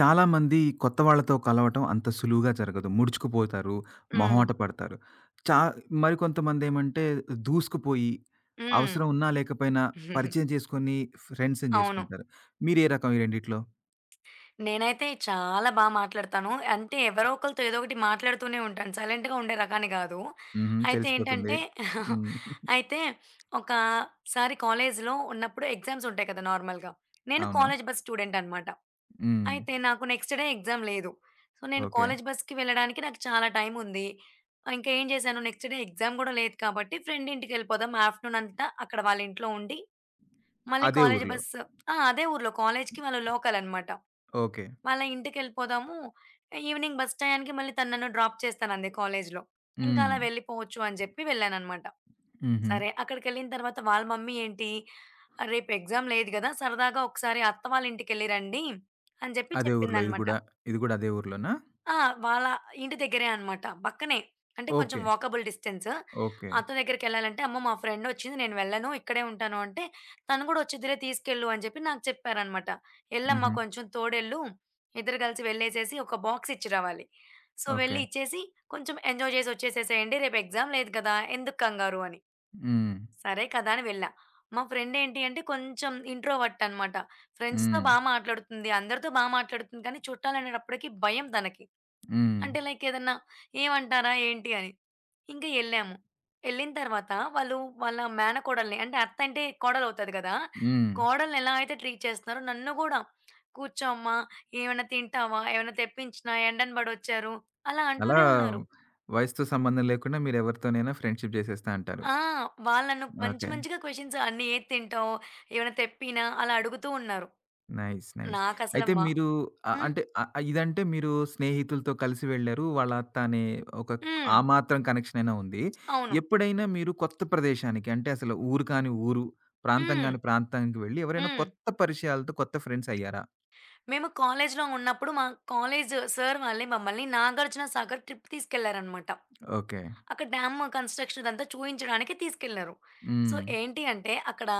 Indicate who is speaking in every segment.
Speaker 1: చాలామంది కొత్త వాళ్ళతో కలవటం అంత సులువుగా జరగదు. ముడుచుకుపోతారు,
Speaker 2: హ్మ్.
Speaker 1: మొహమాట పడతారు. చా మరికొంతమందేమంటే దూసుకుపోయి,
Speaker 2: హ్మ్.
Speaker 1: అవసరం ఉన్నా లేకపోయినా పరిచయం చేసుకొని ఫ్రెండ్స్‌ని
Speaker 2: అవును.
Speaker 1: చేసుకుంటారు. మీరే రకం ఈ రెండిట్లో?
Speaker 2: నేనైతే చాలా బా మాట్లాడతాను. అంటే ఎవరో ఒకళ్ళతో ఏదో ఒకటి మాట్లాడుతూనే ఉంటాను. సైలెంట్‌గా ఉండే రకాన్ని గాదు.
Speaker 1: హుహు.
Speaker 2: అయితే
Speaker 1: తెలిసిపోతుంది.
Speaker 2: ఏంటంటే
Speaker 1: హ్మ్.
Speaker 2: అయితే ఒకసారి కాలేజీలో ఉన్నప్పుడు ఎగ్జామ్స్ ఉంటాయి కదా! నార్మల్‌గా. నేను
Speaker 1: అవును.
Speaker 2: కాలేజ్ బస్ స్టూడెంట్ అన్నమాట.
Speaker 1: హ్మ్.
Speaker 2: అయితే నాకు నెక్స్ట్ డే ఎగ్జామ్ లేదు. సో, నేను
Speaker 1: ఓకే.
Speaker 2: కాలేజ్ బస్‌కి వెళ్ళడానికి నాకు చాలా టైం ఉంది. ఇంకా ఏం చేశాను నెక్స్ట్ డే ఎగ్జామ్ గూడా లేదు కాబట్టి ఫ్రెండ్ ఇంటికెళ్ళిపోదాం ఆఫ్టర్‌నూన్ అంతా అక్కడ వాళ్ళ ఇంట్లో ఉండి మళ్ళీ
Speaker 1: అదే
Speaker 2: కాలేజీ
Speaker 1: ఊర్లో.
Speaker 2: బస్సు. ఆ! అదే ఊర్లో. కాలేజీకి వాళ్ళు లోకలనమాట.
Speaker 1: ఓకే.
Speaker 2: వాళ్ళ ఇంటికెళ్ళిపోదాము. ఈవినింగ్ బస్ టయానికి మళ్ళీ తను నన్ను డ్రాప్ చేస్తానంది కాలేజీలో. ఇంకా
Speaker 1: హ్మ్.
Speaker 2: అలా వెళ్ళిపోవచ్చు అని చెప్పి వెళ్ళాననమాట.
Speaker 1: హుహు.
Speaker 2: సరే అక్కడికెళ్ళిన తర్వాత వాళ్ళ మమ్మీ ఏంటి, "ఆ, రేపు ఎగ్జామ్ లేదు గదా! సరదాగా ఒకసారి అత్త వాళ్ళ ఇంటికెళ్ళి రండి" అని చెప్పి
Speaker 1: అదే ఊర్లో ఇది
Speaker 2: చెప్పిందనమాట.
Speaker 1: గూడా. ఇది గూడా అదే ఊర్లోనా?
Speaker 2: ఆ! వాళ్ళ ఇంటి దగ్గరే అనమాట. పక్కనే. అంటే కొంచెం
Speaker 1: ఓకే.
Speaker 2: Walkable distance.
Speaker 1: ఓకే.
Speaker 2: అతని దగ్గరికెళ్ళాలంటే, "అమ్మ మా ఫ్రెండ్ వచ్చింది. నేను వెళ్ళను. ఇక్కడే ఉంటాను" అంటే, తను కూడా "వచ్చిద్దిలే తీసుకెళ్ళు" అని చెప్పి నాకు చెప్పారనమాట. "ఎళ్ళమ్మా
Speaker 1: హుహు.
Speaker 2: కొంచెం తోడెళ్ళు. ఇద్దరు కలిసి వెళ్ళేసేసి ఒక బాక్స్ ఇచ్చి రావాలి. So,
Speaker 1: okay.
Speaker 2: వెళ్ళి ఇచ్చేసి కొంచెం ఎంజాయ్ చేసి వచ్చేసేసేయండి. రేపు ఎగ్జామ్ లేదు కదా! ఎందుకు కంగారు" అని.
Speaker 1: హ్మ్.
Speaker 2: సరే కదా! అని వెళ్ళా. మా ఫ్రెండ్ ఏంటి అంటే కొంచెం ఇంట్రోవర్ట్ అనమాట. ఫ్రెండ్స్‌తో
Speaker 1: హ్మ్.
Speaker 2: బా మాట్లాడుతుంది. అందరితో బా మాట్లాడుతుంది. కానీ చుట్టాలనేటప్పటికి భయం తనకి.
Speaker 1: హ్మ్.
Speaker 2: అంటే లైక్ ఏదన్నా ఏమంటారా? ఏంటి అని. ఇంక ఎళ్ళాము. ఎళ్ళిన తర్వాత వాళ్ళు వాళ్ళ మేనకోడల్ని అంటే అత్త అంటే కోడలవుతది గదా!
Speaker 1: హ్మ్.
Speaker 2: కోడల్నెలా అయితే ట్రీట్ చేస్తున్నారో నన్ను గూడా, "కూర్చో అమ్మా, ఏమన్నా తింటావా? ఏమన్నా తెప్పించినా? ఎండన బడొచ్చారు" అలా
Speaker 1: అలా
Speaker 2: అంటూనే ఉన్నారు.
Speaker 1: వయసుతో సంబంధం లేకుండా మీరెవరితోనైనా ఫ్రెండ్‌షిప్ జేసేస్తా అంటారు.
Speaker 2: ఆ! వాళ్ళు నన్ను మంచి
Speaker 1: ఓకే.
Speaker 2: మంచిగా క్వెషన్స్ అన్నీ "ఏది తింటావు? ఏమన్నా తెప్పీనా?" అలా అడుగుతూ ఉన్నారు.
Speaker 1: నైస్. నైస్.
Speaker 2: నాకసల
Speaker 1: అయితే
Speaker 2: మా
Speaker 1: మీరు ఆహ్,
Speaker 2: హ్మ్.
Speaker 1: అంటే ఆహ్, ఇదంటే మీరు స్నేహితులతో కలిసి వెళ్లారు. వాళ్ళ అత్త అనే ఒక
Speaker 2: హ్మ్.
Speaker 1: ఆ మాత్రం కనెక్షన్ అయినా ఉంది.
Speaker 2: అవును.
Speaker 1: ఎప్పుడైనా మీరు కొత్త ప్రదేశానికి అంటే అసలు ఊరు కాని ఊరు, ప్రాంతం
Speaker 2: హ్మ్.
Speaker 1: గాని ప్రాంతానికి వెళ్లి ఎవరైనా
Speaker 2: హ్మ్.
Speaker 1: కొత్త పరిచయాలతో కొత్త ఫ్రెండ్స్ అయ్యారా?
Speaker 2: మేము కాలేజ్‌లో ఉన్నప్పుడు మా కాలేజ్ సార్ వాళ్ళే మమ్మల్ని 'నాగార్జున సాగర్' ట్రిప్ తీసుకెళ్లారనమాట.
Speaker 1: ఓకే.
Speaker 2: అక్కడ డ్యామ్ కన్‌స్ట్రక్షన్ ఇదంతా చూయించడానికి తీసుకెళ్లారు. సో,
Speaker 1: హ్మ్.
Speaker 2: ఏంటి అంటే అక్కడ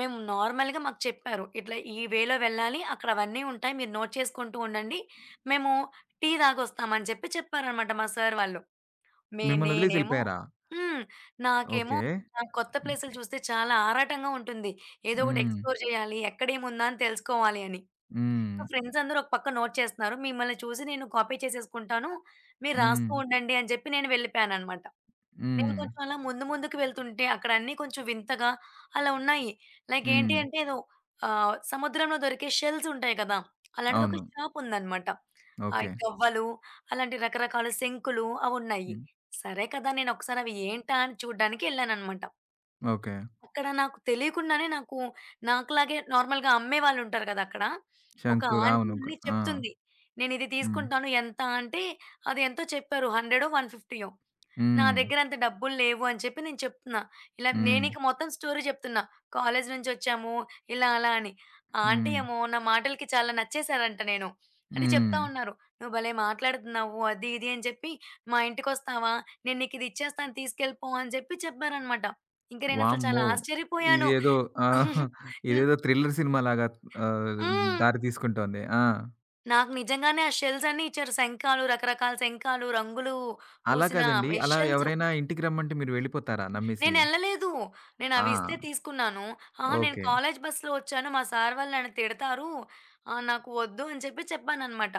Speaker 2: మేము నార్మల్‌గా మాకు చెప్పారు. ఇట్లా ఈ వేలో వెళ్ళాలి. అక్కడ అవన్నీ ఉంటాయి. మీరు నోట్ చేసుకుంటూ ఉండండి. మేము టీ తాగొస్తాం అని చెప్పి చెప్పారనమాట మా సార్ వాళ్ళు. మే
Speaker 1: మిమ్మల్ని వదిలేసి
Speaker 2: నేనేమో
Speaker 1: ఎళ్ళిపోయారా?
Speaker 2: హ్మ్. నాకేమో
Speaker 1: ఓకే.
Speaker 2: కొత్త ప్లేసులు చూస్తే చాలా ఆరాటంగా ఉంటుంది. ఏదో ఒకటి
Speaker 1: హ్మ్. హ్మ్.
Speaker 2: ఎక్స్‌ప్లోర్ చేయాలి. ఎక్కడేముందా అని తెలుసుకోవాలి అని.
Speaker 1: హ్మ్.
Speaker 2: నా ఫ్రెండ్స్ అందరూ ఒక పక్క నోట్ చేస్తున్నారు. మిమ్మల్ని చూసి నేను కాపీ చేసేసుకుంటాను. మీరు
Speaker 1: హ్మ్.
Speaker 2: రాస్తూ ఉండండి అని చెప్పి నేను వెళ్ళిపోయాననమాట. నేను
Speaker 1: హ్మ్.
Speaker 2: కొంచెం అలా ముందు ముందుకు వెళ్తుంటే అక్కడ అన్నీ కొంచెం వింతగా అలా ఉన్నాయి. లైక్ ఏంటి
Speaker 1: హ్మ్.
Speaker 2: అంటే ఏదో సముద్రంలో దొరికే షెల్స్ ఉంటాయి కదా! అలాంటిది ఒక
Speaker 1: అవును.
Speaker 2: షాప్ ఉందనమాట.
Speaker 1: ఓకే.
Speaker 2: గవ్వలు అలాంటి రకరకాల శంకులు అవున్నాయి.
Speaker 1: హ్మ్.
Speaker 2: సరే కదా! నేను ఒకసారి అవి ఏంటా అని చూడ్డానికి ఎళ్ళాననమాట.
Speaker 1: ఓకే.
Speaker 2: అక్కడ నాకు తెలియకుండానే నాకు నాకులాగే నార్మల్‌గా అమ్మేవాళ్ళుంటారు గదా! అక్కడ. ఒక
Speaker 1: శంకులు.
Speaker 2: ఆంటీ
Speaker 1: అవును.
Speaker 2: అన్నీ
Speaker 1: ఆ!
Speaker 2: చెప్తుంది. నేనిది
Speaker 1: హ్మ్.
Speaker 2: తీసుకుంటాను ఎంత అంటే, అది ఎంతో చెప్పారు. 100 150 నా
Speaker 1: హ్మ్.
Speaker 2: దగ్గర అంత డబ్బులు లేవు అని చెప్పి నేను చెప్తున్నా. ఇలా
Speaker 1: హ్మ్.
Speaker 2: నేనిక మొత్తం స్టోరీ చెప్తున్నా. కాలేజీ నుంచొచ్చాము ఇలా అలా అని. ఆ ఆంటీ
Speaker 1: హ్మ్.
Speaker 2: ఏమో నా మాటలకి చాలా నచ్చేసారంట నేను. అంటే చెప్తా
Speaker 1: హ్మ్.
Speaker 2: ఉన్నారు. "నువ్వు భలే మాట్లాడుతున్నావు" అది ఇది అని చెప్పి, "మా ఇంటికొస్తావా? నేను నీకిది ఇచ్చేస్తాను తీసుకెళ్ళిపో" అని చెప్పి చెప్పారనమాట. ఇంక నేనసలు చాలా
Speaker 1: వామ్మో!
Speaker 2: ఆశ్చర్యపోయాను.
Speaker 1: ఇదేదో ఆ!
Speaker 2: హ్మ్.
Speaker 1: ఇదేదో థ్రిల్లర్ సినిమాలాగా ఆహ్,
Speaker 2: హ్మ్.
Speaker 1: దారి తీసుకుంటోంది. ఆ!
Speaker 2: నాకు నిజంగానే ఆ షెల్స్ అన్నీ ఇచ్చారు. శంఖాలు, రకరకాల శంఖాలు, రంగులు
Speaker 1: అలా
Speaker 2: పూసిన
Speaker 1: కాదండి. అలా
Speaker 2: వెషల్స్.
Speaker 1: ఎవరైనా ఇంటికి రమ్మంటే మీరు వెళ్ళిపోతారా నమ్మేసి?
Speaker 2: నేనెళ్ళలేదు.
Speaker 1: ఆ!
Speaker 2: నేనవి ఇస్తే తీసుకున్నాను. ఆహా! నేను
Speaker 1: ఓకే.
Speaker 2: కాలేజీ బస్‌లో వచ్చాను. మా సార్ వాళ్ళు నన్ను తిడతారు. నాకు వద్దు అని చెప్పి చెప్పాననమాట.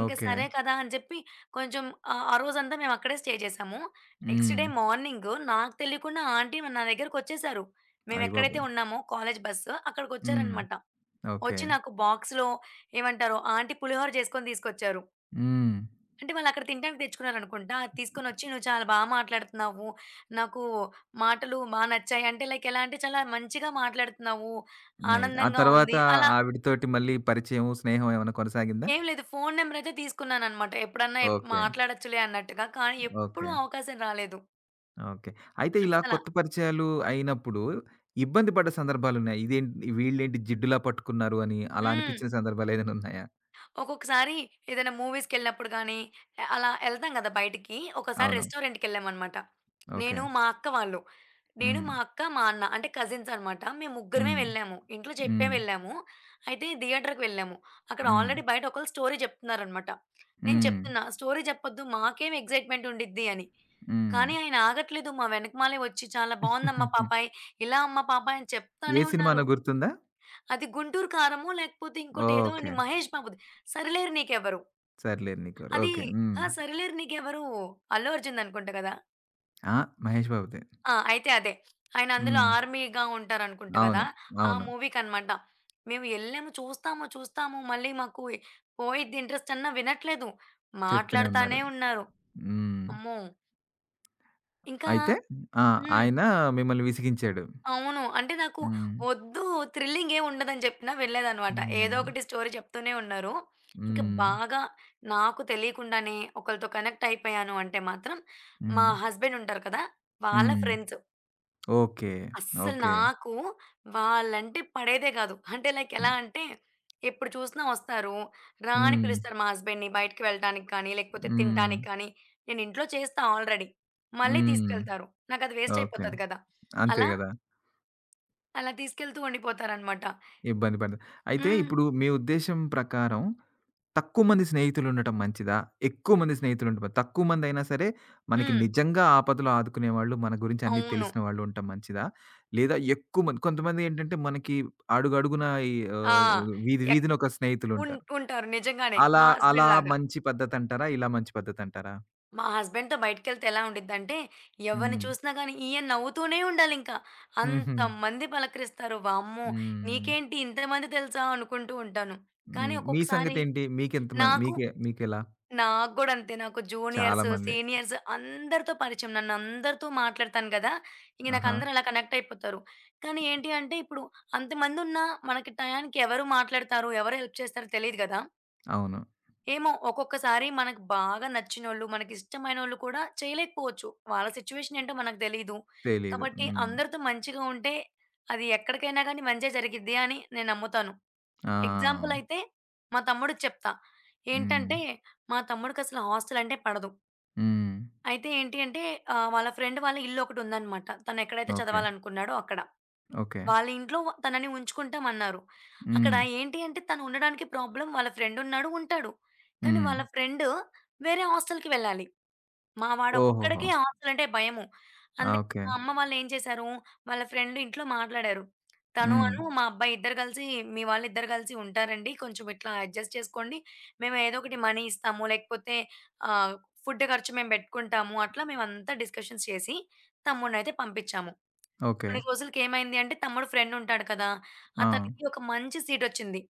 Speaker 2: ఇంక
Speaker 1: ఓకే.
Speaker 2: సరే కదా! అని చెప్పి కొంచెం ఆ రోజంతా మేమక్కడే స్టే చేశాము. Next
Speaker 1: hmm.
Speaker 2: డే మార్నింగ్ నాకు తెలియకుండా ఆంటీ నా దగ్గరకొచ్చేశారు. మేమెక్కడైతే
Speaker 1: అయ్యబాబోయ్!
Speaker 2: ఉన్నామో కాలేజీ బస్సు
Speaker 1: హ్మ్.
Speaker 2: అక్కడికొచ్చారనమాట.
Speaker 1: ఓకే.
Speaker 2: వచ్చి నాకు బాక్స్‌లో ఏమంటారు ఆంటీ పులిహోర చేసుకొని తీసుకొచ్చారు.
Speaker 1: హ్మ్.
Speaker 2: అంటే వాళ్ళక్కడ తినడానికి తెచ్చుకున్నారనుకుంటా. అది తీసుకొనొచ్చి "నువ్వు చాలా బా మాట్లాడుతున్నావు. నాకు మాటలు బా నచ్చాయి." అంటే లైక్ ఎలా అంటే చాలా మంచిగా మాట్లాడుతున్నావు.
Speaker 1: నైస్. ఆ
Speaker 2: ఆనందంగా
Speaker 1: తర్వాత
Speaker 2: ఉంది. అలా
Speaker 1: ఆవిడతోటి మళ్ళీ పరిచయం, స్నేహం ఏమైనా కొనసాగిందా?
Speaker 2: ఏం లేదు. ఫోను నంబర్ అయితే తీసుకున్నాననమాట. ఎప్పుడన్నా ఎప్
Speaker 1: ఓకే.
Speaker 2: మాట్లాడొచ్చులే అన్నట్టుగా. కానీ
Speaker 1: ఓకే.
Speaker 2: ఎప్పుడూ అవకాశం రాలేదు.
Speaker 1: ఓకే. అయితే ఇలా
Speaker 2: అస్సల.
Speaker 1: కొత్త పరిచయాలు అయినప్పుడు ఇబ్బంది పడ్డ సందర్భాలున్నాయా? ఇదేంటి వీళ్ళేంటి జిడ్డులా పట్టుకున్నారు అని అలా
Speaker 2: హ్మ్.
Speaker 1: అనిపించిన సందర్భాలేదైనా ఉన్నాయా?
Speaker 2: ఒక్కొక్కసారి ఏదైనా మూవీస్‌కెళ్ళినప్పుడు గానీ, అలా ఎళ్తాం గదా బయటికి. ఒకసారి
Speaker 1: అవును.
Speaker 2: రెస్టారెంట్‌కెళ్ళామనమాట.
Speaker 1: ఓకే.
Speaker 2: నేను, మా అక్క వాళ్ళు. నేను,
Speaker 1: హ్మ్.
Speaker 2: మా అక్క, మా అన్న అంటే కజిన్స్ అనమాట. మేము ముగ్గురమే
Speaker 1: హ్మ్.
Speaker 2: వెళ్ళాము. ఇంట్లో చెప్పే
Speaker 1: హ్మ్.
Speaker 2: వెళ్ళాము. అయితే థియేటర్‌కి వెళ్ళాము. అక్కడ
Speaker 1: హ్మ్.
Speaker 2: ఆల్రెడీ బయట ఒకళ్ళు స్టోరీ చెప్తున్నారనమాట. నేను
Speaker 1: హ్మ్.
Speaker 2: చెప్తున్నా, "స్టోరీ చెప్పొద్దు మాకేం ఎక్సైట్‌మెంట్ ఉండిద్ది" అని.
Speaker 1: హ్మ్.
Speaker 2: కానీ ఆయన ఆగట్లేదు. మా వెనకమాలే వచ్చి, "చాలా బావుందమ్మా పాపాయ్, ఇలా అమ్మ పాపాయ్" అని
Speaker 1: ఏ
Speaker 2: చెప్తానే
Speaker 1: సినిమానో
Speaker 2: ఉన్నారు.
Speaker 1: గుర్తుందా?
Speaker 2: అది గుంటూరు కారమో లేకపోతే ఇంకోటి ఏదో అండి
Speaker 1: ఓకే.
Speaker 2: 'మహేష్ బాబుది' 'సరిలేరు నీకెవ్వరు'.
Speaker 1: 'సర్లేరు నీకోరు.'
Speaker 2: అది
Speaker 1: ఓకే. హ్మ్.
Speaker 2: ఆ! 'సరిలేరు నీకెవ్వరు' అల్లు అర్జున్‌ది అనుకుంటా కదా!
Speaker 1: ఆ! 'మహేష్ బాబుదే.'
Speaker 2: ఆ! అయితే అదే. ఆయన అందులో
Speaker 1: హ్మ్.
Speaker 2: ఆర్మీగా ఉంటారనుకుంటా కదా!
Speaker 1: అవును.
Speaker 2: ఆ
Speaker 1: అవును.
Speaker 2: మూవీకనమాట. మేము ఎళ్ళాము చూస్తాము, చూస్తాము మళ్ళీ మాకు పోయిద్ది ఇంట్రెస్ట్ అన్నా వినట్లేదు.
Speaker 1: చెప్తూనే ఉన్నారు.
Speaker 2: మాట్లాడతానే ఉన్నారు.
Speaker 1: హ్మ్.
Speaker 2: అమ్మో! ఇంకా
Speaker 1: అయితే ఆ!
Speaker 2: హ్మ్.
Speaker 1: ఆయన మిమ్మల్ని విసిగించాడు.
Speaker 2: అవును. అంటే నాకు
Speaker 1: హ్మ్.
Speaker 2: వద్దు థ్రిల్లింగ్ ఏమి ఉండదని చెప్పినా వెళ్ళేదనమాట. ఏదో
Speaker 1: హ్మ్.
Speaker 2: ఒకటి స్టోరీ చెప్తూనే ఉన్నారు. ఇంక
Speaker 1: హ్మ్.
Speaker 2: బాగా నాకు తెలియకుండానే ఒకళ్ళతో కనెక్ట్ అయిపోయాను అంటే మాత్రం మా
Speaker 1: హ్మ్.
Speaker 2: హస్బెండ్ ఉంటారు కదా! వాళ్ళ
Speaker 1: హ్మ్.
Speaker 2: ఫ్రెండ్స్.
Speaker 1: ఓకే.
Speaker 2: అస్సలు
Speaker 1: ఓకే.
Speaker 2: నాకు వాళ్ళంటే పడేదే కాదు. అంటే లైక్ ఎలా
Speaker 1: హ్మ్.
Speaker 2: అంటే ఎప్పుడు చూసినా వస్తారు. రా అని
Speaker 1: హ్మ్.
Speaker 2: పిలుస్తారు మా హస్బెండ్‌ని బయటికి వెళ్ళటానికి కానీ, లేకపోతే
Speaker 1: హ్మ్.
Speaker 2: తినటానికి కానీ. నేను ఇంట్లో చేస్తా ఆల్రెడీ. మళ్ళీ
Speaker 1: హ్మ్.
Speaker 2: తీసుకెళ్తారు. నాకది వేస్ట్
Speaker 1: ఓకే.
Speaker 2: అయిపోతది కదా!
Speaker 1: అంతే
Speaker 2: అలా
Speaker 1: గదా!
Speaker 2: అలా తీసుకెళ్తూ ఉండిపోతారనమాట.
Speaker 1: ఇబ్బంది పడత అయితే
Speaker 2: హ్మ్.
Speaker 1: ఇప్పుడు మీ ఉద్దేశ్యం ప్రకారం తక్కువ మంది స్నేహితులుండటం మంచిదా? ఎక్కువ మంది స్నేహితులుండటం తక్కువ మందైనా సరే మనకి
Speaker 2: హ్మ్.
Speaker 1: నిజంగా ఆపదలో ఆదుకునేవాళ్ళు, మన గురించి అన్నీ
Speaker 2: అవును.
Speaker 1: తెలిసిన వాళ్ళు ఉండటం మంచిదా? లేదా ఎక్కువ మంది కొంతమందేంటంటే మనకి అడుగడుగునా ఈ
Speaker 2: ఆ!
Speaker 1: ఆహ్, వీధి
Speaker 2: ఎక్
Speaker 1: వీధిన ఒక
Speaker 2: ఉన్
Speaker 1: స్నేహితులుంటారు.
Speaker 2: ఉంటారు నిజంగానే.
Speaker 1: అలా
Speaker 2: మా
Speaker 1: అలా
Speaker 2: హస్బెండ్‌లాగా.
Speaker 1: మంచి పద్ధతంటారా? ఇలా మంచి పద్ధతంటారా?
Speaker 2: మా హస్బెండ్‌తో బయటికెళ్తే ఎలా ఉండిద్దంటే, ఎవరిని
Speaker 1: హ్మ్.
Speaker 2: చూసినా గానీ ఈయన నవ్వుతూనే ఉండాలింకా.
Speaker 1: హుహు.
Speaker 2: అంతమంది పలకరిస్తారు. వామ్మో!
Speaker 1: హ్మ్.
Speaker 2: నీకేంటి ఇంతమంది తెలుసా అనుకుంటూ ఉంటాను.
Speaker 1: హ్మ్.
Speaker 2: కానీ
Speaker 1: మీ
Speaker 2: ఒక్కొక్కసారి
Speaker 1: సంగతేంటి? మీకెంతమంది?
Speaker 2: నాకు
Speaker 1: మీకెలా?
Speaker 2: నాకు గూడా అంతే. నాకు
Speaker 1: చాలా
Speaker 2: జూనియర్స్,
Speaker 1: మంది.
Speaker 2: సీనియర్స్ అందరితో పరిచయం. నన్ను అందరితో మాట్లాడతాను గదా! ఇంక నాకు
Speaker 1: ఆహా!
Speaker 2: అందరూ అలా కనెక్ట్ అయిపోతారు. కానీ ఏంటి అంటే ఇప్పుడు అంతమందున్నా మనకి టయానికి ఎవరు మాట్లాడతారు? ఎవరు హెల్ప్ చేస్తారో తెలీదు గదా!
Speaker 1: అవును.
Speaker 2: ఏమో ఒక్కొక్కసారి మనకు బాగా నచ్చినోళ్ళు, మనకిష్టమైనోళ్ళు కూడా చేయలేకపోవచ్చు. వాళ్ళ సిచ్యువేషన్ ఏంటో మనకు తెలీదు.
Speaker 1: తెలీదు.
Speaker 2: కాబట్టి
Speaker 1: హ్మ్.
Speaker 2: అందరితో మంచిగా ఉంటే అది ఎక్కడికైనా గానీ మంచే జరిగిద్ది అని నేను నమ్ముతాను.
Speaker 1: ఆ!
Speaker 2: ఎగ్జాంపుల్ అయితే మా తమ్ముడికి చెప్తా.
Speaker 1: హ్మ్.
Speaker 2: ఏంటంటే, మా తమ్ముడికసలు హాస్టల్ అంటే పడదు.
Speaker 1: హ్మ్.
Speaker 2: అయితే ఏంటి అంటే వాళ్ళ ఫ్రెండ్ వాళ్ళ ఇల్లొకటుందనమాట. తనెక్కడైతే
Speaker 1: ఓకే.
Speaker 2: చదవాలనుకున్నాడో అక్కడ.
Speaker 1: ఓకే.
Speaker 2: వాళ్ళ ఇంట్లో తనని ఉంచుకుంటామన్నారు. అక్కడ
Speaker 1: హ్మ్.
Speaker 2: ఏంటి అంటే తను ఉండడానికి ప్రాబ్లమ్ వాళ్ళ ఫ్రెండున్నాడు, ఉంటాడు. కానీ
Speaker 1: హ్మ్.
Speaker 2: వాళ్ళ ఫ్రెండ్ వేరే హాస్టల్‌కి వెళ్ళాలి. మా
Speaker 1: ఓహోహో!
Speaker 2: వాడొక్కడికే ఆస్తులంటే భయము.
Speaker 1: ఆ!
Speaker 2: అందుకే
Speaker 1: ఓకే.
Speaker 2: మా అమ్మ వాళ్ళేం చేశారు, వాళ్ళ ఫ్రెండ్ ఇంట్లో మాట్లాడారు. తను
Speaker 1: హ్మ్.
Speaker 2: అను మా అబ్బాయి ఇద్దరు కలిసి, "మీ వాళ్ళిద్దరు కలిసి ఉంటారండి. కొంచెం ఇట్లా అడ్జస్ట్ చేసుకోండి. మేము ఏదో ఒకటి మనీ ఇస్తాము. లేకపోతే ఆహ్, ఫుడ్ ఖర్చు మేము పెట్టుకుంటాము." అట్లా మేమంతా డిస్కషన్స్ చేసి తమ్ముడినైతే పంపించాము.
Speaker 1: ఓకే.
Speaker 2: కొన్ని రోజులకేమైంది అంటే తమ్ముడు ఫ్రెండ్ ఉంటాడు కదా!
Speaker 1: ఆ!
Speaker 2: అతనికి ఒక మంచి సీటొచ్చింది.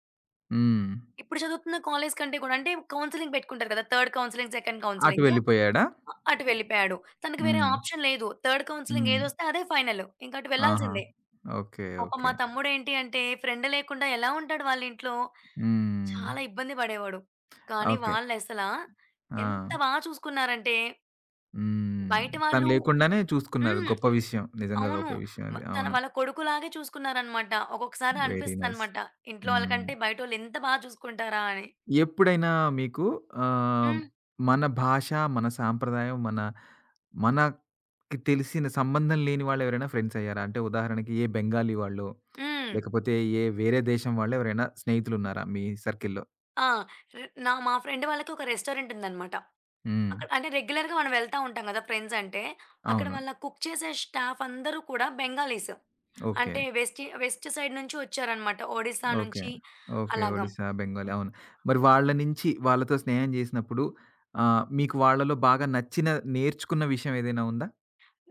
Speaker 1: హ్మ్.
Speaker 2: ఇప్పుడు చదువుతున్న కాలేజ్ కంటే కూడా అంటే కౌన్సెలింగ్ పెట్టుకుంటారు కదా! థర్డ్ కౌన్సెలింగ్, సెకండ్
Speaker 1: అటు
Speaker 2: కౌన్సెలింగ్.
Speaker 1: వెళ్ళిపోయాడా?
Speaker 2: అటు వెళ్ళిపోయాడు. తనకి వేరే
Speaker 1: హ్మ్.
Speaker 2: ఆప్షన్ లేదు. థర్డ్ కౌన్సెలింగ్
Speaker 1: హ్మ్.
Speaker 2: ఏదొస్తే అదే ఫైనల్. ఇంక అటు
Speaker 1: ఆహా!
Speaker 2: వెళ్ళాల్సిందే.
Speaker 1: ఓకే.
Speaker 2: పాపం
Speaker 1: ఓకే.
Speaker 2: మా తమ్ముడేంటి అంటే ఫ్రెండ్ లేకుండా ఎలా ఉంటాడు వాళ్ళింట్లో?
Speaker 1: హ్మ్.
Speaker 2: చాలా ఇబ్బంది పడేవాడు. కానీ
Speaker 1: ఓకే.
Speaker 2: వాళ్ళసల ఎంత
Speaker 1: ఆ!
Speaker 2: బా చూసుకున్నారంటే
Speaker 1: హ్మ్.
Speaker 2: బయట
Speaker 1: తను
Speaker 2: వాళ్ళు
Speaker 1: లేకుండానే చూసుకున్నారు.
Speaker 2: హ్మ్.
Speaker 1: గొప్ప విషయం. నిజంగా
Speaker 2: అవును.
Speaker 1: గొప్ప విషయం అది.
Speaker 2: తన
Speaker 1: అవును.
Speaker 2: వాళ్ళ కొడుకులాగే చూసుకున్నారనమాట. ఒక్కొక్కసారి
Speaker 1: వెరీ నైస్.
Speaker 2: అనిపిస్తదనమాట. ఇంట్లో
Speaker 1: హ్మ్.
Speaker 2: వాళ్ళకంటే బయటోళ్ళు ఎంత బా చూసుకుంటారా అని.
Speaker 1: ఎప్పుడైనా మీకు ఆహ్,
Speaker 2: హ్మ్.
Speaker 1: మన భాష, మన సాంప్రదాయం, మన మనకి తెలిసిన సంబంధం లేని వాళ్ళెవరైనా ఫ్రెండ్స్ అయ్యారా? అంటే ఉదాహరణకి ఏ బెంగాలీ వాళ్ళో,
Speaker 2: హ్మ్.
Speaker 1: లేకపోతే ఏ వేరే దేశం వాళ్ళు ఎవరైనా స్నేహితులున్నారా మీ సర్కిల్‌లో?
Speaker 2: ఆ! రె నా మా ఫ్రెండ్ వాళ్ళకి ఒక రెస్టారెంట్ ఉందనమాట.
Speaker 1: హ్మ్.
Speaker 2: అక్కడ అంటే రెగ్యులర్‌గా మనం వెళ్తా ఉంటాం గదా! ఫ్రెండ్స్ అంటే. అక్కడ
Speaker 1: అవును.
Speaker 2: వాళ్ళ కుక్ చేసే స్టాఫ్ అందరూ కూడా బెంగాలీస్.
Speaker 1: ఓకే.
Speaker 2: అంటే వెస్ట్ వెస్ట్ సైడ్ నుంచి వచ్చారనమాట. ఒడిస్సా
Speaker 1: ఓకే.
Speaker 2: నుంచి
Speaker 1: ఓకే.
Speaker 2: అలాగా.
Speaker 1: ఒడిస్సా, బెంగాలీ అవును. మరి వాళ్ళ నుంచి వాళ్ళతో స్నేహం చేసినప్పుడు ఆహ్, మీకు వాళ్ళలో బాగా నచ్చిన, నేర్చుకున్న విషయం ఏదైనా ఉందా?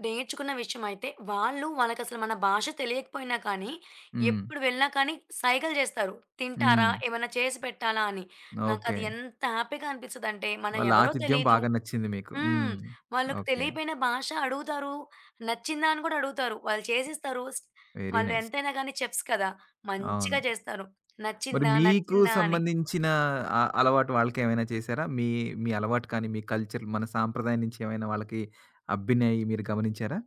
Speaker 2: నేర్చుకున్న విషయం అయితే వాళ్ళు వాళ్ళకసలు మన భాష తెలియకపోయినా కానీ,
Speaker 1: హ్మ్.
Speaker 2: ఎప్పుడు వెళ్ళినా కానీ సైగలు జేస్తారు. తింటారా?
Speaker 1: హ్మ్.
Speaker 2: ఏమన్నా చేసి పెట్టాలా? అని.
Speaker 1: ఓకే.
Speaker 2: నాకది ఎంత హ్యాపీగా అనిపిస్తదంటే మనం
Speaker 1: వాళ్ళ
Speaker 2: ఎవరో
Speaker 1: ఆతిథ్యం
Speaker 2: తెలీదు.
Speaker 1: బాగా నచ్చింది మీకు.
Speaker 2: హ్మ్.
Speaker 1: హ్మ్.
Speaker 2: వాళ్ళకి
Speaker 1: ఓకే.
Speaker 2: తెలియపోయిన భాష అడుగుతారు. నచ్చిందా అని కూడా అడుగుతారు. వాళ్ళు చేసిస్తారు.
Speaker 1: వెరీ
Speaker 2: వాళ్ళు
Speaker 1: నైస్.
Speaker 2: ఎంతైనా గాని చెఫ్స్ కదా!
Speaker 1: అవును.
Speaker 2: మంచిగా చేస్తారు.
Speaker 1: మరి
Speaker 2: నచ్చిందా?
Speaker 1: మీకు
Speaker 2: నచ్చిందా? అని.
Speaker 1: సంబంధించిన అలవాటు వాళ్ళకేమైనా చేశారా? మీ మీ అలవాటు కానీ, మీ కల్చర్ మన సాంప్రదాయం నుంచి ఏమైనా వాళ్ళకి అబ్బినయి మీరు గమనించారా?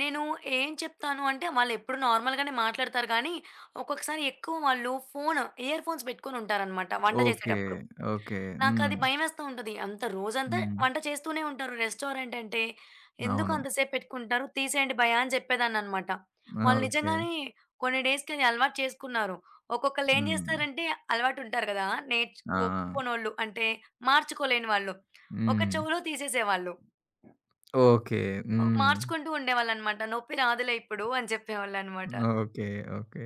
Speaker 2: నేను ఏం చెప్తాను అంటే వాళ్ళెప్పుడు నార్మల్‌గానే మాట్లాడతారు గానీ, ఒక్కొక్కసారి ఎక్కువ వాళ్ళు ఫోను ఇయర్ ఫోన్స్ పెట్టుకొని ఉంటారనమాట వంట
Speaker 1: ఓకే.
Speaker 2: చేసేటప్పుడు.
Speaker 1: ఓకే. హ్మ్.
Speaker 2: నాకది భయమేస్తూ ఉంటది. అంత రోజంతా
Speaker 1: హ్మ్.
Speaker 2: వంట చేస్తూనే ఉంటారు. రెస్టారెంట్ అంటే ఎందుకు
Speaker 1: అవును.
Speaker 2: అంత సేపు పెట్టుకుంటారు? తీసేయండి భయ్యా అని చెప్పేదాన్ననమాట. వాళ్ళు
Speaker 1: ఓకే.
Speaker 2: నిజంగానే కొన్ని డేస్‌కది అలవాటు చేసుకున్నారు. ఒక్కొక్కళ్ళు ఏం
Speaker 1: హ్మ్.
Speaker 2: చేస్తారంటే అలవాటు ఉంటారు కదా! నేర్చ్
Speaker 1: ఆ!
Speaker 2: ఒప్పుకోనోళ్ళు అంటే మార్చుకోలేని వాళ్ళు. ఒక
Speaker 1: హ్మ్.
Speaker 2: చెవులో తీసేసేవాళ్ళు.
Speaker 1: ఓకే.
Speaker 2: ఓహ్!
Speaker 1: హ్మ్.
Speaker 2: మార్చుకుంటూ ఉండేవాళ్ళనమాట. నొప్పి రాదులే ఇప్పుడు అని చెప్పేవాళ్ళనమాట.
Speaker 1: ఓకే. ఓకే.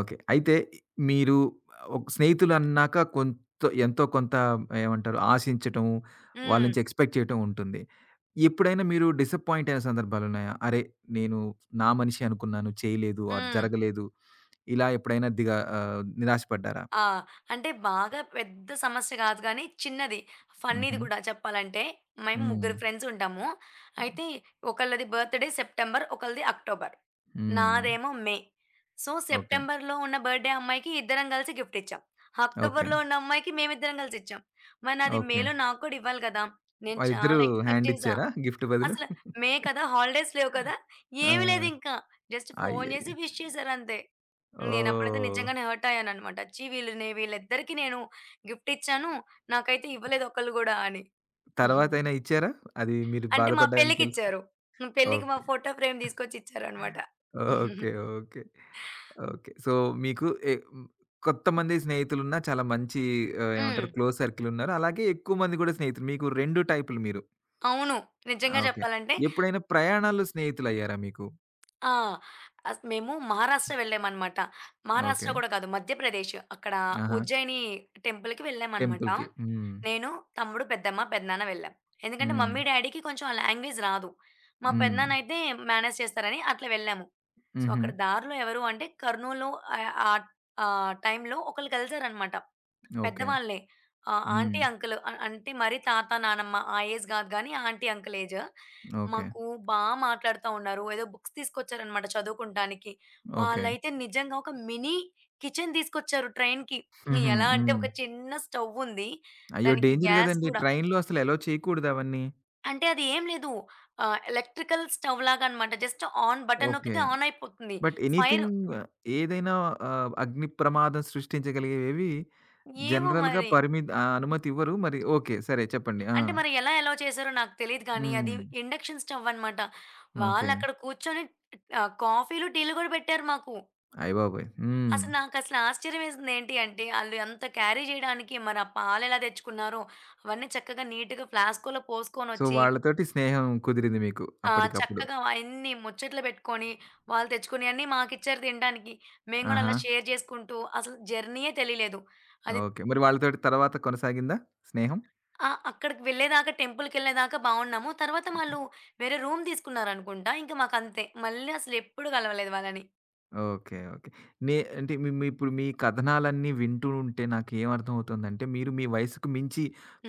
Speaker 1: ఓకే. అయితే మీరు ఒక స్నేహితులన్నాక కొంత ఎంతో కొంత ఏమంటారు ఆశించటం, వాళ్ళ
Speaker 2: హ్మ్.
Speaker 1: నుంచి ఎక్స్‌పెక్ట్ చేయటం ఉంటుంది. ఎప్పుడైనా మీరు డిసప్పాయింట్ అయిన సందర్భాలున్నాయా? అరే! నేను నా మనిషి అనుకున్నాను చేయలేదు ఆర్
Speaker 2: హ్మ్.
Speaker 1: జరగలేదు. ఇలా ఎప్పుడైనా ఆహ్, నిరాశపడ్డారా?
Speaker 2: ఆ! అంటే బాగా పెద్ద సమస్య గాదు గానీ, చిన్నది. ఫన్నీది
Speaker 1: హుహు.
Speaker 2: గూడా చెప్పాలంటే, మేము
Speaker 1: హ్మ్.
Speaker 2: ముగ్గురు ఫ్రెండ్స్ ఉంటాము. అయితే ఒకళ్ళది బర్త్‌డే సెప్టెంబర్, ఒకళ్ళది అక్టోబర్.
Speaker 1: హ్మ్.
Speaker 2: నాదేమో మే. So,
Speaker 1: okay.
Speaker 2: సెప్టెంబర్‌లో ఉన్న బర్త్‌డే అమ్మాయికి ఇద్దరం కలిసి గిఫ్ట్ ఇచ్చాం.
Speaker 1: ఓకే.
Speaker 2: అక్టోబర్‌లో ఉన్న అమ్మాయికి మేమిద్దరం కలిసి ఇచ్చాం. మరి నాది
Speaker 1: ఓకే.
Speaker 2: మేలో నాకు కూడా ఇవ్వాలి గదా! నేను
Speaker 1: వాళ్ళిద్దరూ
Speaker 2: చాలా ఎక్స్‌పెక్ట్
Speaker 1: హ్యాండ్
Speaker 2: జేశా.
Speaker 1: ఇచ్చారా గిఫ్ట్ బదులు?
Speaker 2: అసలు మే కదా! హాలిడేస్ లేవు కదా! ఏమి
Speaker 1: ఆ!
Speaker 2: లేదింకా. జస్ట్ ఫోను జేసి
Speaker 1: అయ్యయ్యో!
Speaker 2: విష్ చేశారంతే. నేనప్పుడైతే
Speaker 1: ఓహ్!
Speaker 2: నిజంగానే హర్ట్ అయ్యాననమాట. ఛీ! వీళ్ళని వీళ్ళిద్దరికీ నేను గిఫ్ట్ ఇచ్చాను. నాకైతే ఇవ్వలేదు ఒక్కళ్ళు గూడా అని.
Speaker 1: తర్వాతైనా ఇచ్చారా? అది మీరు
Speaker 2: అంటే మా
Speaker 1: బాధపడ్డారని తెలుసు
Speaker 2: పెళ్ళికిచ్చారు. హ్మ్. పెళ్ళికి మా
Speaker 1: ఓకే.
Speaker 2: Photo frame తీసుకొచ్చిచ్చారనమాట. హ్మ్.
Speaker 1: ఓకే. ఓకే. ఓకే. సో, మీకు ఎ హ్మ్, కొంతమంది స్నేహితులున్నా చాలా మంచి ఆహ్, ఏమంటారు క్లోజ్ సర్కిలున్నారు. అలాగే ఎక్కువ మంది గూడా స్నేహితులు. మీకు 2 టైపులు మీరు.
Speaker 2: అవును.
Speaker 1: ఆ!
Speaker 2: నిజంగా
Speaker 1: ఓకే.
Speaker 2: చెప్పాలంటే
Speaker 1: ఎప్పుడైనా ప్రయాణాల్లో స్నేహితులయ్యారా మీకు?
Speaker 2: ఆ! మేము మహారాష్ట్ర వెళ్ళామనమాట.
Speaker 1: ఓకే.
Speaker 2: మహారాష్ట్ర కూడా కాదు మధ్యప్రదేశ్. అక్కడ
Speaker 1: ఆహా!
Speaker 2: ఉజ్జయిని టెంపుల్‌కి వెళ్ళామనమాట.
Speaker 1: టెంపుల్‌కి. హ్మ్.
Speaker 2: నేను, తమ్ముడు, పెద్దమ్మ, పెదనాన్న వెళ్ళాం. ఎందుకంటే
Speaker 1: హ్మ్.
Speaker 2: మమ్మీ, డ్యాడీకి కొంచెం ఆ లాంగ్వేజ్ రాదు. మా
Speaker 1: హ్మ్.
Speaker 2: పెదనాన్నయితే మేనేజ్ చేస్తారని అట్లా వెళ్ళాము. సో,
Speaker 1: హుహు.
Speaker 2: అక్కడ దారిలో ఎవరు అంటే కర్నూల్‌లో ఆహ్, ఆహ్, ఆ టైంలో ఒకళ్ళు కలిసారనమాట.
Speaker 1: ఓకే.
Speaker 2: పెద్దవాళ్ళే.
Speaker 1: హ్మ్.
Speaker 2: ఆంటీ, అంకుల్ అంటే మరీ తాత, నానమ్మ ఆ ఏజ్ గాదు గానీ ఆంటీ, అంకుల్ ఏజ్.
Speaker 1: ఓకే.
Speaker 2: మాకు బా మాట్లాడుతా ఉన్నారు. ఏదో బుక్స్ తీసుకొచ్చారనమాట చదువుకుంటానికి.
Speaker 1: ఓకే.
Speaker 2: వాళ్ళైతే నిజంగా ఒక మినీ కిచెన్ తీసుకొచ్చారు ట్రైన్‌కి.
Speaker 1: హుహు.
Speaker 2: ఎలా అంటే
Speaker 1: హ్మ్.
Speaker 2: ఒక చిన్న స్టవ్ ఉంది.
Speaker 1: అయ్యో!
Speaker 2: దానికి
Speaker 1: డేంజర్
Speaker 2: గ్యాస్
Speaker 1: గదండీ!
Speaker 2: గూడా
Speaker 1: ట్రైన్‌లో అసలు అలో చేయకూడదు అవన్నీ.
Speaker 2: అంటే అది ఏం లేదు. ఎలక్ట్రికల్ స్టవ్ లాగా అనమాట. Just on button
Speaker 1: okay.
Speaker 2: నొక్కితే ఆన్ అయిపోతుంది.
Speaker 1: బట్
Speaker 2: ఫైర్
Speaker 1: ఎనీథింగ్ ఏదైనా ఆహ్, అగ్ని ప్రమాదం సృష్టించగలిగేవి
Speaker 2: ఏమో
Speaker 1: జనరల్‌గా
Speaker 2: మరి!
Speaker 1: ఆహ్, అనుమతి ఇవ్వరు. మరి ఓకే. సరే చెప్పండి. ఆ!
Speaker 2: అంటే మరి ఎలా ఎలౌ చేశారో నాకు తెలీదు కానీ అది
Speaker 1: హ్మ్.
Speaker 2: ఇండక్షన్ స్టవ్ అనమాట.
Speaker 1: ఓకే.
Speaker 2: వాళ్ళక్కడ కూర్చొని కాఫీలు, టీలు గూడా పెట్టారు మాకు.
Speaker 1: అయ్యబాబోయ్! హ్మ్.
Speaker 2: అసలు నాకసలు ఆశ్చర్యం వేసింది ఏంటి అంటే, ఆళ్ళు అంత క్యారీ చేయడానికి మరి ఆ పాలెలా తెచ్చుకున్నారో, అవన్నీ చక్కగా నీట్‌గా ఫ్లాస్క్‌లో
Speaker 1: సో,
Speaker 2: పోసుకొనొచ్చి,
Speaker 1: వాళ్ళతోటి స్నేహం కుదిరింది మీకు అప్పటికప్పుడు.
Speaker 2: చక్కగా అయన్నీ ముచ్చట్లు పెట్టుకొని, వాళ్ళు తెచ్చుకున్నయన్నీ మాకిచ్చారు తినడానికి. మేము గూడా
Speaker 1: ఆహా!
Speaker 2: అలా షేర్ చేసుకుంటూ, అసలు జర్నీయే తెలీలేదు. అది
Speaker 1: ఓకే. మరి వాళ్ళతోటి తర్వాత కొనసాగిందా స్నేహం?
Speaker 2: ఆ! అక్కడికి వెళ్ళేదాకా టెంపుల్‌కెళ్ళేదాకా బావున్నాము. తర్వాత వాళ్ళు వేరే రూమ్ తీసుకున్నారనుకుంటా. ఇంక మాకంతే. మళ్ళీ అసలెప్పుడు కలవలేదు వాళ్ళని.
Speaker 1: ఓకే. ఓకే. అంటే మీ మీ ఇప్పుడు మీ కథనాలన్నీ వింటూ ఉంటే నాకేమర్థమవుతుందంటే, మీరు మీ వయసుకు మించి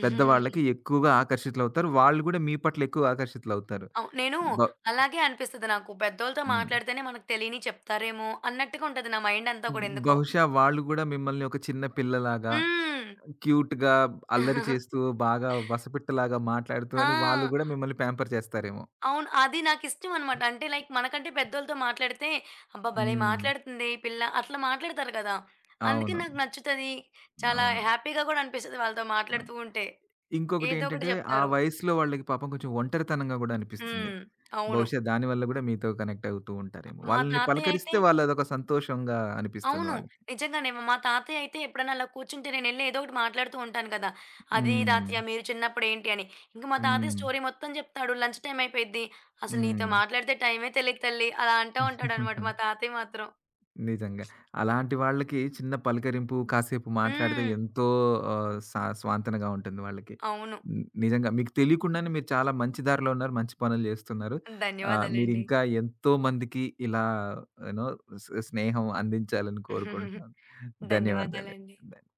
Speaker 1: పెద్దవాళ్ళకి ఎక్కువగా ఆకర్షితులవుతారు. వాళ్ళు గూడా మీ పట్ల ఎక్కువ ఆకర్షితులవుతారు.
Speaker 2: నేను
Speaker 1: బ
Speaker 2: అలాగే అనిపిస్తది నాకు. పెద్దోళ్ళతో
Speaker 1: హ్మ్.
Speaker 2: మాట్లాడితేనే మనకు తెలియనియి చెప్తారేమో అన్నట్టుగా ఉంటది నా మైండ్ అంతా కూడా ఎందుకో.
Speaker 1: బహుశా వాళ్ళు గూడా మిమ్మల్ని ఒక చిన్న పిల్లలాగా,
Speaker 2: హ్మ్.
Speaker 1: క్యూట్‌గా అల్లరి చేస్తూ, బాగా వసపిట్టలాగా మాట్లాడుతూ
Speaker 2: ఆ!
Speaker 1: అని వాళ్ళు గూడా మిమ్మల్ని ప్యాంపర్ చేస్తారేమో.
Speaker 2: అవును. అది నాకిష్టం అనమాట. అంటే లైక్ మనకంటే పెద్దోళ్ళతో మాట్లాడితే, అబ్బా! భలే
Speaker 1: హ్మ్.
Speaker 2: మాట్లాడుతుంది ఈ పిల్ల అట్లా మాట్లాడతారు కదా! అందుకే
Speaker 1: అవును.
Speaker 2: నాకు నచ్చుతది. చాలా
Speaker 1: అవును.
Speaker 2: హ్యాపీగా కూడా అనిపిస్తది వాళ్ళతో
Speaker 1: ఆ!
Speaker 2: మాట్లాడుతూ ఉంటే. ఏదో ఒకటి
Speaker 1: ఇంకొకటేంటంటే, ఆ
Speaker 2: చెప్తారు.
Speaker 1: వయసులో వాళ్ళకి పాపం కొంచెం ఒంటరితనంగా గూడా అనిపిస్తుంది.
Speaker 2: హ్మ్. అవును.
Speaker 1: బహుశా దాని వల్ల గూడా మీతో కనెక్ట్ అవుతూ
Speaker 2: ఆ!
Speaker 1: ఉంటారేమో.
Speaker 2: మా
Speaker 1: వాళ్ళని
Speaker 2: తాతయ్య అయితే
Speaker 1: పలకరిస్తే వాళ్ళదొక సంతోషంగా అనిపిస్తుంది
Speaker 2: అవును.
Speaker 1: వాళ్ళకి.
Speaker 2: నిజంగానే. మా తాతయ్య అయితే ఎప్పుడైనా అలా కూర్చుంటే నేనెళ్ళి ఏదో ఒకటి మాట్లాడుతూ ఉంటాను కదా! అది
Speaker 1: హ్మ్.
Speaker 2: తాతయ్య మీరు చిన్నప్పుడు ఏంటి అని. ఇంక మా తాతయ్య
Speaker 1: హ్మ్.
Speaker 2: స్టోరీ మొత్తం చెప్తాడు. లంచ్ టైమ్ అయిపోయిద్ది. అసలు నీతో మాట్లాడితే టైమే తెలీదు తల్లి అలా అంటా ఉంటాడనమాట
Speaker 1: హ్మ్.
Speaker 2: మా తాతయ్య మాత్రం.
Speaker 1: నిజంగా. అలాంటి వాళ్ళకి చిన్న పలకరింపు, కాసేపు మాట్లాడితే
Speaker 2: హ్మ్.
Speaker 1: ఎంతో ఆహ్, స్వాంతనగా ఉంటుంది వాళ్ళకి.
Speaker 2: అవును.
Speaker 1: హ్మ్. నిజంగా మీకు తెలియకుండానే మీరు చాలా మంచి దారిలో ఉన్నారు. మంచి పనులు చేస్తున్నారు. ఆహ్,
Speaker 2: ధన్యవాదాలండి.
Speaker 1: మీరింకా ఎంతో మందికి ఇలా యూనో స్నేహం అందించాలని కోరుకుంటున్నాను.
Speaker 2: ధన్యవాదాలండి.
Speaker 1: ధన్యవాదాలండి.